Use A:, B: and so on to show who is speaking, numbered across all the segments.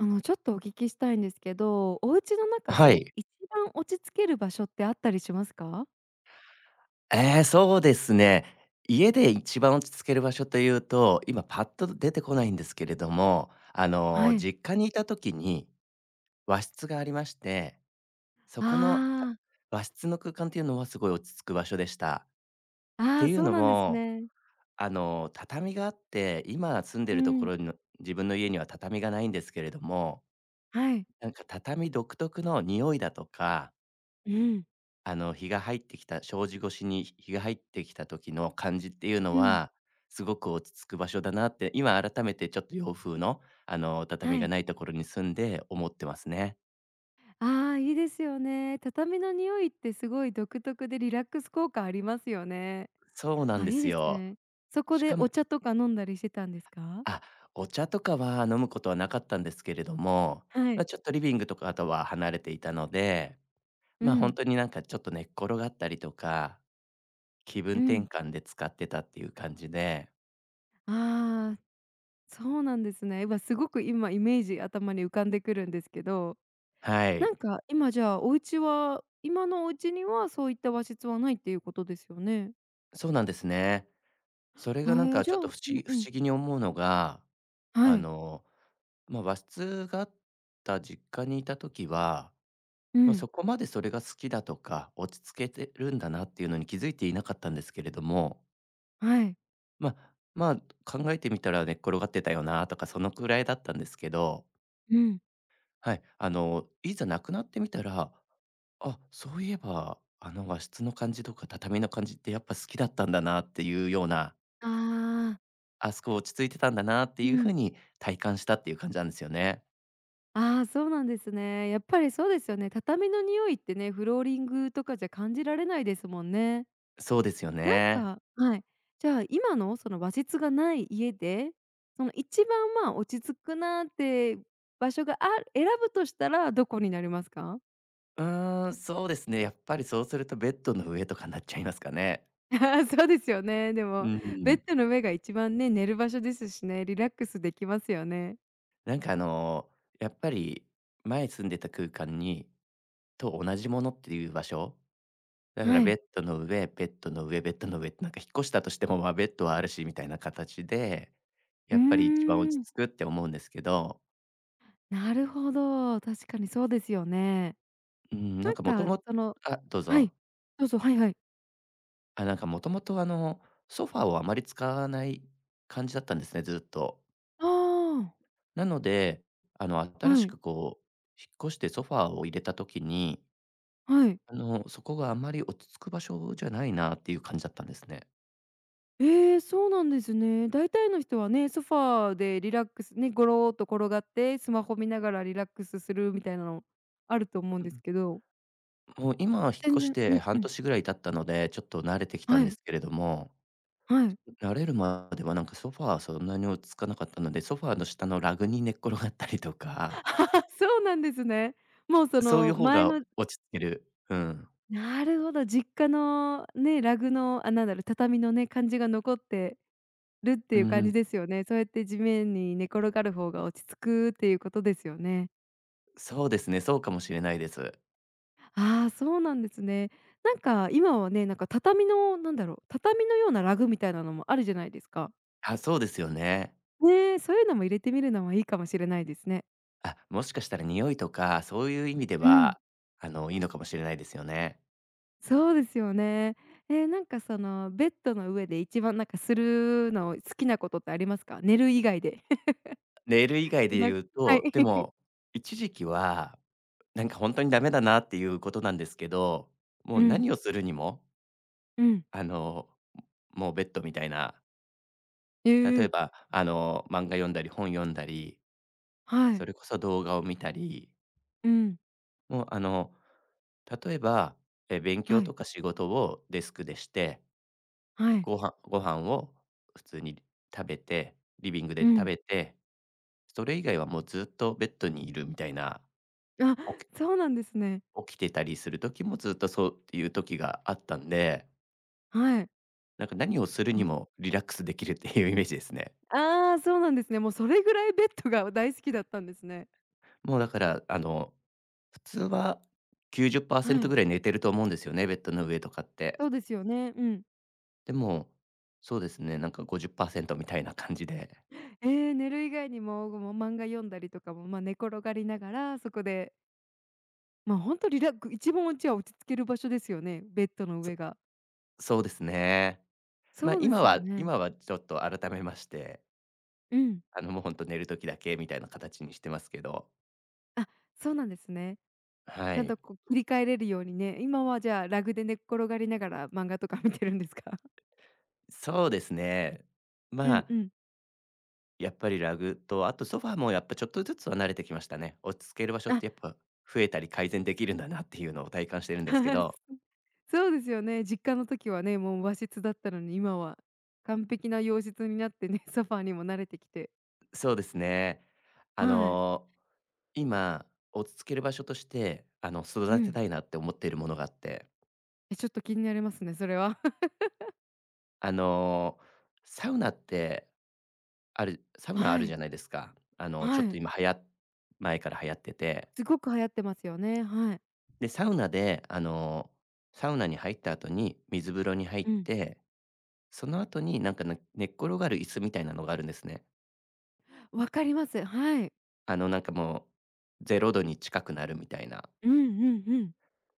A: ちょっとお聞きしたいんですけど、お家の中
B: は
A: で
B: い。
A: 一番落ち着ける場所ってあったりしますか？
B: ええ、そうですね。家で一番落ち着ける場所というと、今パッと出てこないんですけれども、
A: はい。
B: 実家にいた時に和室がありまして、そこの、た
A: あ
B: 和室の空間っていうのはすごい落ち着く場所でした。っ
A: あ、あ
B: て
A: あ、
B: いう
A: そう
B: の
A: なんです
B: も、
A: ね。
B: 畳があって、今住んで
A: う
B: るとこ
A: ん、
B: ろの自分の家には畳がないんですけれども、
A: はい。
B: なんか畳独特の匂いだとか
A: うん、
B: 日が入ってきた障子越しに日が入ってきた時の感じっていうの
A: うん、
B: は、すごく落ち着く場所だなって、今改めてちょっと洋風の、畳
A: は
B: が
A: い。
B: ないところに住んで思ってますね。
A: ああ、いいですよね。畳の匂いってすごい独特でリラックス効果ありますよね。
B: そうなん
A: あ、
B: で
A: いい
B: す
A: です
B: よ。
A: ね。そこ
B: し
A: で
B: かも
A: お茶とか飲んだりしてたんですか？
B: あ、お茶とかは飲むことはなかったんですけれども、
A: は
B: ま
A: い。
B: あ、ちょっとリビングとかとは離れていたので、
A: う
B: 本
A: ん、
B: 当になんかちょっと寝っ転がったりとか、気
A: う
B: 分転
A: ん。
B: 換で使ってたっていう感じで、
A: ああ、そうなんですね。今すごく今イメージ頭に浮かんでくるんですけど、
B: はい、
A: なんか、今じゃあ、お家は今のお家にはそういった和室はないっていうことですよね。
B: そうなんですね。それが
A: あ、
B: なん
A: ええ、
B: か
A: じ
B: ちょ
A: ゃ
B: っ
A: あ、
B: と
A: う
B: 不思
A: ん
B: 議
A: う
B: 不
A: ん。
B: 思議に思うのが、
A: は
B: あ
A: い。
B: の、まあ、和室があった実家にいた時は、
A: う
B: まあ、
A: ん。
B: そこまでそれが好きだとか、落ち着けてるんだなっていうのに気づいていなかったんですけれども、
A: はい。
B: まあまあ、考えてみたら寝っ転がってたよなとかそのくらいだったんですけど、
A: うん。
B: はい、いざ亡くなってみたら、あ、そういえばあの和室の感じとか畳の感じってやっぱ好きだったんだなっていうような、
A: ああ。
B: あそこ落ち着いてたんだなって
A: う
B: いう風
A: ん。
B: に体感したっていう感じなんですよね。
A: ああ、そうなんですね。やっぱりそうですよね。畳の匂いってね、フローリングとかじゃ感じられないですもんね。
B: そうですよね。
A: はい。じゃあ、今のその和室がない家で、その一番、まあ、落ち着くなって場所があ選ぶとしたらどこになりますか？
B: うーん、そうですね。やっぱりそうするとベッドの上とかになっちゃいますかね。
A: ああ、そうですよね。で
B: う
A: も、ベッ
B: ん。
A: ドの上が一番ね、寝る場所ですしね、リラックスできますよね。
B: なんかあの、やっぱり前住んでた空間にと同じものっていう場所、だから
A: は
B: ベ
A: い。
B: ッドの上、ベッドの上、ベッドの上ってなんか引っ越したとしても、まあ、ベッドはあるしみたいな形で、
A: う
B: や
A: ー
B: っぱり一番落ち
A: ん、
B: 着くって思うんですけど、
A: なるほど、確かにそうですよね。
B: うん、な
A: な
B: ん
A: ん
B: かもと
A: か
B: もと
A: その
B: あ、どう
A: は
B: ぞ。
A: い、どうぞ、はいはい。
B: あ、なんかもともとソファーをあまり使わない感じだったんですね、ずっと。
A: ああ、
B: なので、新
A: は
B: し
A: い、
B: くこう、引っ越してソファーを入れた時に、
A: はい。
B: そこがあまり落ち着く場所じゃないなっていう感じだったんですね。
A: ええ、そうなんですね。大体の人はね、ソファーでリラックスね、ゴロっと転がって、スマホ見ながらリラックスするみたいなのあると思うん
B: う
A: です
B: ん、
A: けど、
B: もう今は引っ越
A: 全
B: し
A: 然、う
B: て
A: んう
B: 半
A: ん。
B: 年ぐらい経ったので、ちょっと慣れてきた
A: は
B: んで
A: い、
B: すけれども、
A: はい。
B: 慣れるまではなんかソファーはそんなに落ち着かなかったので、ソファーの下のラグに寝っ転がったりとか、
A: そうなんですね。もうそ
B: そういう
A: の
B: 方
A: 前
B: が
A: の
B: 落ち着ける。うん。
A: なるほど、実家のね、ラグの、畳のね、感じが残ってるって
B: う
A: いう感じ
B: ん、
A: ですよね。そうやって地面に寝転がる方が落ち着くっていうことですよね。
B: そうですね、そうかもしれないです。
A: ああ、そうなんですね。なんか今はね、なんか畳のなんだろう、畳のようなラグみたいなのもあるじゃないですか。
B: あ、そうですよね。
A: ねえ、そういうのも入れてみるのもいいかもしれないですね。
B: あ、もしかしたら匂いとか、そういう意味で
A: うん。
B: は、いいのかもしれないですよね。
A: そうですよね。え、なんかそのベッドの上で一番なんかするの好きなことってありますか？寝る以外で。
B: ネイル以外で
A: な
B: 言う
A: はい。
B: と、で も、一時期は、なんか本当にダメだなっていうことなんですけど、も
A: う
B: う
A: ん、
B: 何をするにも、
A: うん。
B: あの、もうベッドみたいな、
A: え
B: 例え
A: ー
B: ば、漫画読んだり本読んだり、
A: は
B: そ
A: い。
B: れこそ動画を見たり、
A: うん、
B: もう例えば、勉強
A: はい、
B: とか仕事をデスクでして、
A: はい。
B: ご飯を普通に食べて、リビングで
A: う
B: 食
A: ん。
B: べて、それ以外はもうずっとベッドにいるみたいな、
A: あ、
B: 起き
A: そうなんですね。
B: 起きてたりする時もずっとそうっていう時があったんで、
A: はい。
B: なんか何をする
A: も
B: に
A: う、
B: もリラックスできるっていうイメージですね。
A: ああ、そうなんですね。もうそれぐらいベッドが大好きだったんですね。
B: もうだから、普通は
A: は
B: 90%
A: い。
B: ぐらい寝てると思うんですよね、ベッドの上とかって。
A: そうですよね。うん。
B: でも、そうですね、なんか50%みたいな感じで、
A: 寝る以外にも、もう漫画読んだりとかも、まあ、寝転がりながら、そこでほんとリラック一番うちは落ち着ける場所ですよね、ベッドの
B: そ
A: 上が。
B: そうですね。ま、
A: そうで
B: 今
A: すよ
B: は
A: ね。
B: 今はちょっと改めまして、
A: うん。
B: もうほんと寝る時だけみたいな形にしてますけど。
A: あ、そうなんですね。
B: は
A: ちゃん
B: い。
A: とこう切り替えれるようにね、今はじゃあラグで寝っ転がりながら漫画とか 見てるんですか？
B: そうですね。
A: う
B: ま
A: んう
B: あ、
A: ん。
B: やっぱりラグと、あとソファーもやっぱちょっとずつは慣れてきましたね。落ち着ける場所っ
A: あ、
B: てやっぱ増えたり改善できるんだなっていうのを体感してるんですけど。
A: そうですよね。実家の時はね、もう和室だったのに、今は完璧な洋室になってね、ソファーにも慣れてきて。
B: そうですね。あ
A: はい。
B: の、今、落ち着ける場所として、
A: う
B: 育て
A: ん。
B: たいなって思っているものがあって。
A: え、ちょっと気になりますね、それは。
B: あの、サウナってサ ウナあ
A: は
B: るじ
A: い。
B: ゃないですか。ちょ
A: は
B: っと
A: い。
B: 今はや前から流行ってて。
A: すごく流行ってますよね。はい。
B: で、サウナで、サウナに入った後に水風呂に入っ
A: うん。
B: て、その後になんかね寝っ転がる椅子みたいなのがあるんですね。
A: 分かります。はい。
B: なんかもう0度に近くなるみたいな。
A: うん、うん、うん。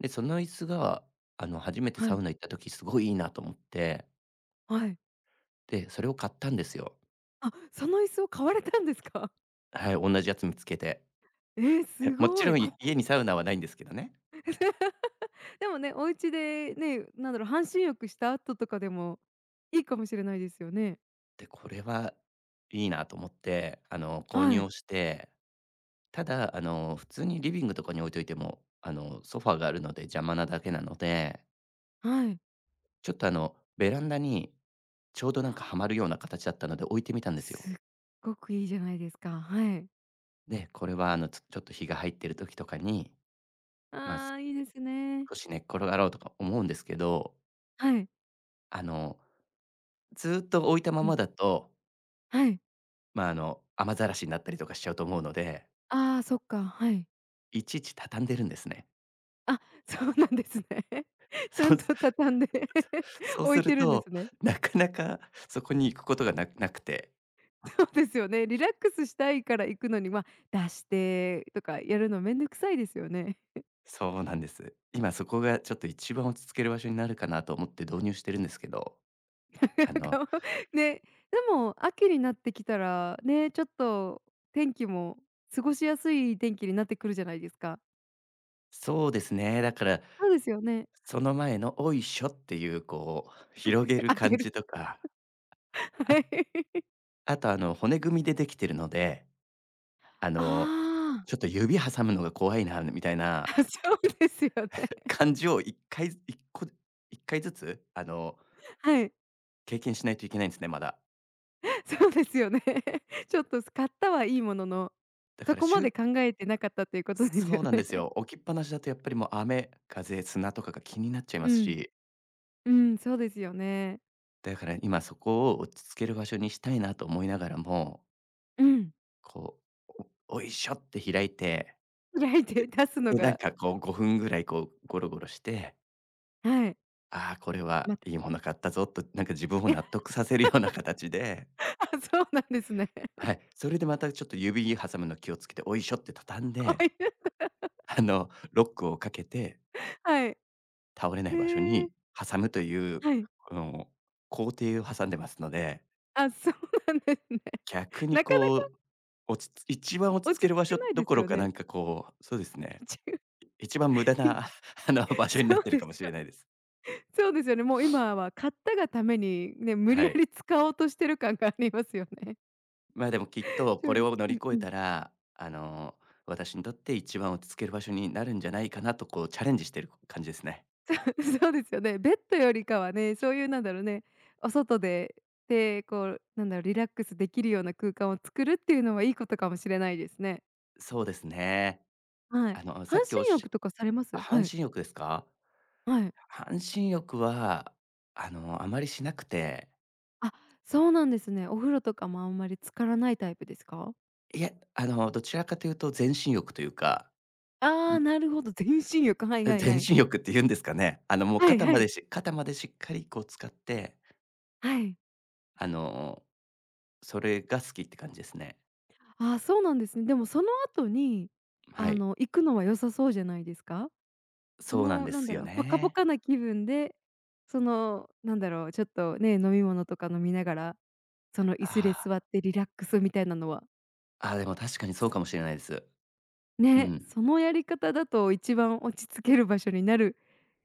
B: で、その椅子が、初めて
A: は
B: サウ
A: い、
B: ナ行った時すごいいいなと思って、
A: はい。
B: で、それを買ったんですよ。
A: あ、その椅子を買われたんですか？
B: はい、同じやつ見つけて。
A: えー、す
B: もち
A: ご
B: ろ
A: い。
B: ん
A: こ
B: 家 にサウナはないんですけどね。
A: でもね、お家でね、半身浴した後とかでもいいかもしれないですよね。
B: で、これはいいなと思って、購入
A: はい、
B: をして、ただ、普通にリビングとかに置いといても、ソファーがあるので邪魔なだけなので、
A: はい
B: ちょっとベランダにちょうどなんかは
A: あ。
B: まるような形だったので置いてみた んですよ。
A: すっごくいいじゃないですか。はい。
B: で、これはちょっと日が入ってる時とかに、まあ、
A: ああ、いいですね。
B: 少し寝っ転がろうとか思うんですけど、
A: はい。
B: あの、ずーっと置いたま
A: うん、
B: まだと、
A: はい。
B: まあ、雨ざらしになったりとかしちゃうと思うので、
A: ああ、そっか、はい。
B: いちいち畳んでるんですね。
A: あ、そうなんですね。ちゃ
B: そ
A: ん
B: うす
A: と畳んで
B: そう
A: 置
B: す
A: い
B: る
A: てるんで
B: と、
A: すね。
B: なかなかそこに行くことがなくて。
A: そうですよね。リラックスしたいから行くのに、まあ、出してとかやるのめんどくさいですよね。
B: そうなんです。今そこがちょっと一番落ち着ける場所になるかなと思って導入してるんですけど、あ
A: な
B: の、
A: んか、ね、でも秋になってきたら、ね、ちょっと天気も過ごしやすい天気になってくるじゃないですか。
B: そうですね、だから、
A: そうですよね。
B: その前の「おいしょ」っていうこう広げ る
A: 開け
B: 感
A: る。
B: じとか、あ
A: はい。
B: あと骨組みでできてるので、あ
A: あ
B: の、
A: あ。
B: ちょっと指挟むのが怖いなみたいな
A: あ、そうですよね。
B: 感じを一回ずつ
A: はい。
B: 経験しないといけないんですね、まだ。
A: そうですよね。ちょっと、買ったはいいものの、
B: だか
A: そ
B: ら
A: こ
B: し
A: ま
B: ゅ
A: で考えてなかったということです
B: そ
A: よ
B: うなんです
A: ね。
B: よ。置きっぱなしだとやっぱりもう雨、風、砂とかが気になっちゃいま
A: う
B: す
A: ん。
B: し、
A: うん、そうですよね。
B: だから今そこを落ち着ける場所にしたいなと思いながらも、
A: うん。
B: こう、おおいしょって開いて、
A: 開いて
B: で
A: 出すの
B: で、なん
A: が、
B: かこう5分ぐらいこうゴロゴロして、
A: はい、
B: ああ、これは
A: また、
B: いいもの買ったぞと、なんか自分を
A: あ
B: 納得させるような形で、
A: そうなんですね。
B: はい、それでまたちょっと指挟むの気をつけて、おいしょって畳ん
A: あ、
B: で、
A: いや、
B: ロックをかけて、
A: はい。
B: 倒れない場所
A: へ
B: に
A: え、
B: 挟むという、
A: はい。
B: この工程を挟んでますので、
A: あ、そうなんですね。
B: 逆に
A: なかな
B: こう、
A: か
B: 落ち着一番落ち
A: 落
B: 着け
A: ち
B: る場
A: 着け
B: 所
A: ない
B: ど
A: で
B: こ
A: す
B: ろ
A: よ
B: か、なん
A: ね。
B: かこう、そうですね、
A: 一応
B: 一番無駄
A: 一
B: な 場
A: 応
B: 所にな
A: そ
B: っ
A: う
B: てる
A: で
B: か
A: す
B: もしれ
A: よ。
B: ないです。
A: そうですよね。もう今は買ったがためにね、無理
B: は
A: や
B: い。
A: り使おうとしてる感がありますよね。
B: まあ、でもきっとこ
A: 正
B: れ
A: 直、
B: を乗
A: う
B: り
A: ん
B: 越
A: う
B: え
A: ん。
B: たら、私にとって一番落ち着ける場所になるんじゃないかなと、こうチャレンジしてる感じですね。
A: そうですよね。ベッドよりかはね、そういうなんだろうね、お外で、で、こうなんだろう、リラックスできるような空間を作るっていうのはいいことかもしれないですね。
B: そうですね。
A: はい。
B: あの、さ
A: 半
B: っきおっ
A: 身
B: し
A: 浴とかされま
B: ゃあ、
A: す？
B: 半
A: はい、
B: 身浴ですか？
A: はい。
B: 半身浴は、あまりしなくて、
A: あ、そうなんですね。お風呂とかもあんまり浸からないタイプですか？
B: いやどちらかというと全身浴というか
A: ああ、なるほど、全身浴。はい、はい、
B: 全
A: はい。
B: 身浴って言うんですかね。もう
A: はい、
B: 肩ま
A: は
B: で
A: い。
B: 肩までしっかりこう使って、
A: はい。
B: あの、それが好きって感じですね。
A: ああ、そうなんですね。でもその後に、
B: はい。
A: 行くのは良さそうじゃないですか？そ
B: そうなん
A: の、
B: ですよ
A: ポカポ
B: ね。
A: カな気分で、その、ちょっとね、飲み物とか飲みながら、その椅子で
B: あ
A: 座ってリラックスみたいなのは
B: あ、ああ、でも確かにそうかもしれないです。う
A: ね、
B: ん。
A: そのやり方だと一番落ち着ける場所になる、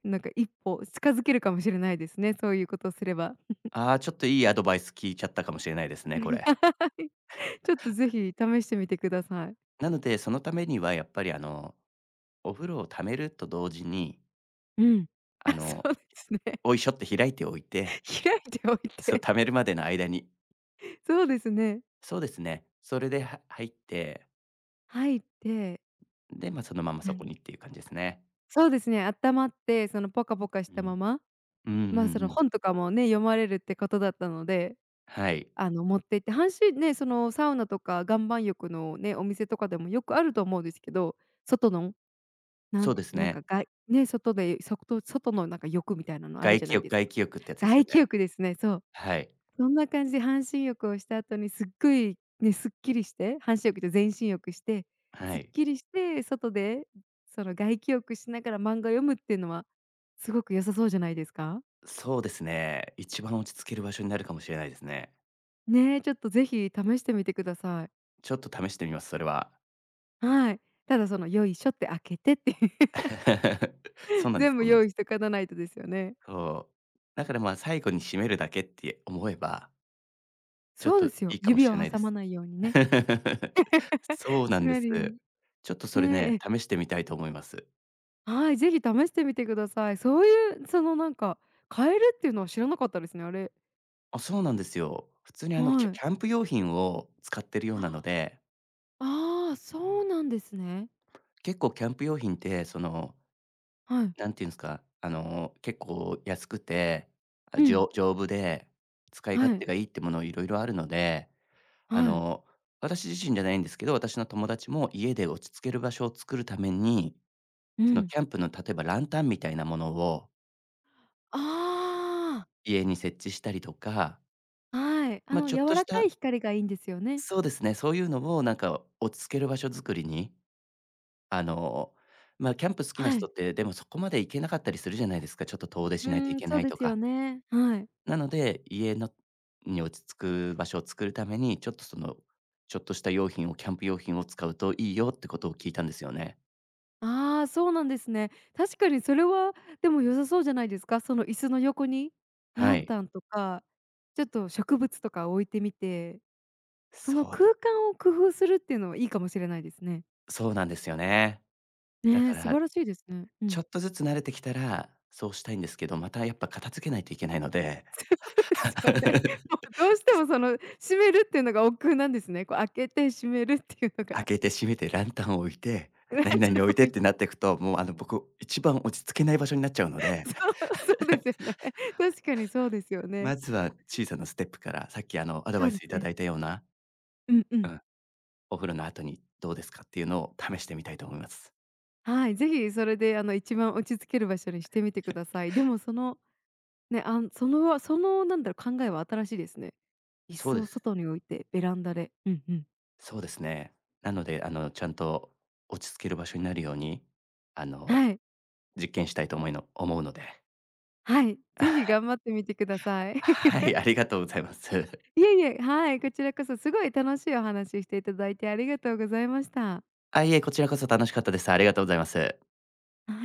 A: なんか一歩近づけるかもしれないですね、そういうことをすれば。
B: ああ、ちょっといいアドバイス聞いちゃったかもしれないですね、これ。
A: はい、ちょっとぜひ試してみてください。
B: なので、そのためにはやっぱりお風呂を溜めると同時に、
A: うん。
B: あ
A: あ、そ
B: の、
A: うですね。
B: おいしょって開いておいて、
A: 開いておい
B: そう、
A: て、
B: 溜めるまでの間に。
A: そうですね。
B: そうですね。それでは入って、
A: 入って、
B: で、まあ、そのまま
A: な
B: そこ
A: ん
B: にっていう感じですね。
A: そうですね、温まって、そのポカポカし
B: う
A: た
B: ん。
A: まま、
B: うんうんう
A: ま、その
B: ん。
A: 本とかもね、読まれるってことだったので、
B: はい。
A: 持って行って、半身ね、そのサウナとか岩盤浴のね、お店とかでもよくあると思うんですけど、外の、な
B: そ
A: ん
B: うです
A: なん
B: ね。
A: かがいね、外で、外のなんか浴みたいなのある
B: 外
A: じゃ
B: 気
A: ない
B: 浴、
A: ですか。
B: 外気浴ってやつですよ
A: 外気
B: ね。
A: 浴ですね、そう。
B: はい。
A: そんな感じで半身浴をした後にすっごいね、すっきりして、半身浴と全身浴して、
B: は
A: すっ
B: い。
A: きりして、外でその外気浴しながら漫画読むっていうのはすごく良さそうじゃないですか？
B: そうですね。一番落ち着ける場所になるかもしれないですね。
A: ね、ちょっとぜひ試してみてください。
B: ちょっと試してみます、それは。
A: はい。ただその「よいしょ」って開けてって、
B: そうなんです、
A: 全部
B: そうなんで
A: 用
B: す。
A: 意しとかなないとですよね。
B: そう。だから、まあ、最後に締めるだけって思えば、ちょっ
A: そう
B: と
A: です
B: い
A: よ。
B: いかも
A: 指
B: し
A: を
B: れないで
A: 挟ま
B: す。
A: ないようにね、
B: そうな
A: 閉
B: んで
A: め
B: す。
A: るように。
B: ちょっとそれ
A: ね、え、
B: ね、
A: え
B: 試してみたいと思います。
A: はい、ぜひ試してみてください。そういう変えるっていうのは知らなかったですね、あれ。
B: あ、そうなんですよ。普通に、
A: は
B: キ
A: い。
B: ャンプ用品を使ってるようなので、
A: ああー、そうなんですね。
B: 結構キャンプ用品って、その、
A: はい。
B: なんていうんですか、結構安くて、
A: うん。
B: 丈夫で、使い勝
A: は
B: 手
A: い。
B: がいいってものいろいろあるので、あ
A: はい。
B: の、私自身じゃないんですけど、私の友達も家で落ち着ける場所を作るために、
A: う
B: その
A: ん。
B: キャンプの例えばランタンみたいなものを
A: あ
B: 家に設置したりとか、
A: あ、はい。あ
B: ま、
A: の
B: ちょっと
A: 柔
B: し
A: らか
B: た、
A: い光がいいんですよね。
B: そうですね、そういうのをなんか落ち着ける場所作りに、あの、まあ、キャンプ好きな
A: は
B: 人っ
A: い。
B: て、でもそこまで行けなかったりするじゃないですか、ちょっと遠出
A: う
B: しないと
A: ー
B: い
A: ん、
B: け
A: そ
B: な
A: う
B: い
A: で
B: と
A: すよ
B: か。
A: ね。はい。
B: なので、落ち着く場所を作るために、ちょっとその、ちょっとした用品を、キャンプ用品を使うといいよってことを聞いたんですよね。
A: ああ、そうなんですね。確かにそれはでも良さそうじゃないですか？その椅子の横にラ
B: は
A: ン
B: い。
A: タンとか、ちょっと植物とか置いてみて、その
B: そうで
A: 空間を工夫するっていうのはいいかもしれないですね。
B: そうなんですよね。だ
A: ねえ、
B: か
A: 素
B: ら、
A: 晴らしいですね。う
B: ちょ
A: ん。
B: っとずつ慣れてきたら、そうしたいんですけど、またやっぱ片付けないといけないので、
A: そうですよね。も うどうしてもその閉めるっていうのが億劫なんですね。こう開けて閉めるっていうの
B: 開
A: が。
B: けて閉めてランタンを置いて、
A: ラン
B: 何
A: タ
B: 々
A: ン
B: 置いて
A: 置
B: っ
A: い
B: て
A: て、
B: なっていくと、もうあの僕、一番落ち着けない場所になっちゃうので、
A: そう、そうですよね。確かにそうですよね。
B: まずは小さなステップから、さっきあのアド
A: そ
B: バイ
A: うで
B: スい
A: す
B: た
A: ね。
B: だいたような、
A: うんう
B: う
A: ん。
B: ん、お風呂の後にどうですかっていうのを試してみたいと思います。
A: はい、ぜひそれで一番落ち着ける場所にしてみてください。でもそのね、考えは新しいですね。椅
B: そう
A: 子
B: で
A: を
B: す。
A: 外に置いてベランダで。うんうん。
B: そうですね。なので、ちゃんと落ち着ける場所になるように、あの、
A: はい、
B: 実験したいと思いの思うので。
A: はい、ぜひ 頑張ってみてください。
B: はい、ありがとうございます。
A: いえいえ、はい、こちらこそすごい楽しいお話ししていただいてありがとうございました。
B: あ、いえ、こちらこそ楽しかったです。ありがとうございます。
A: はい。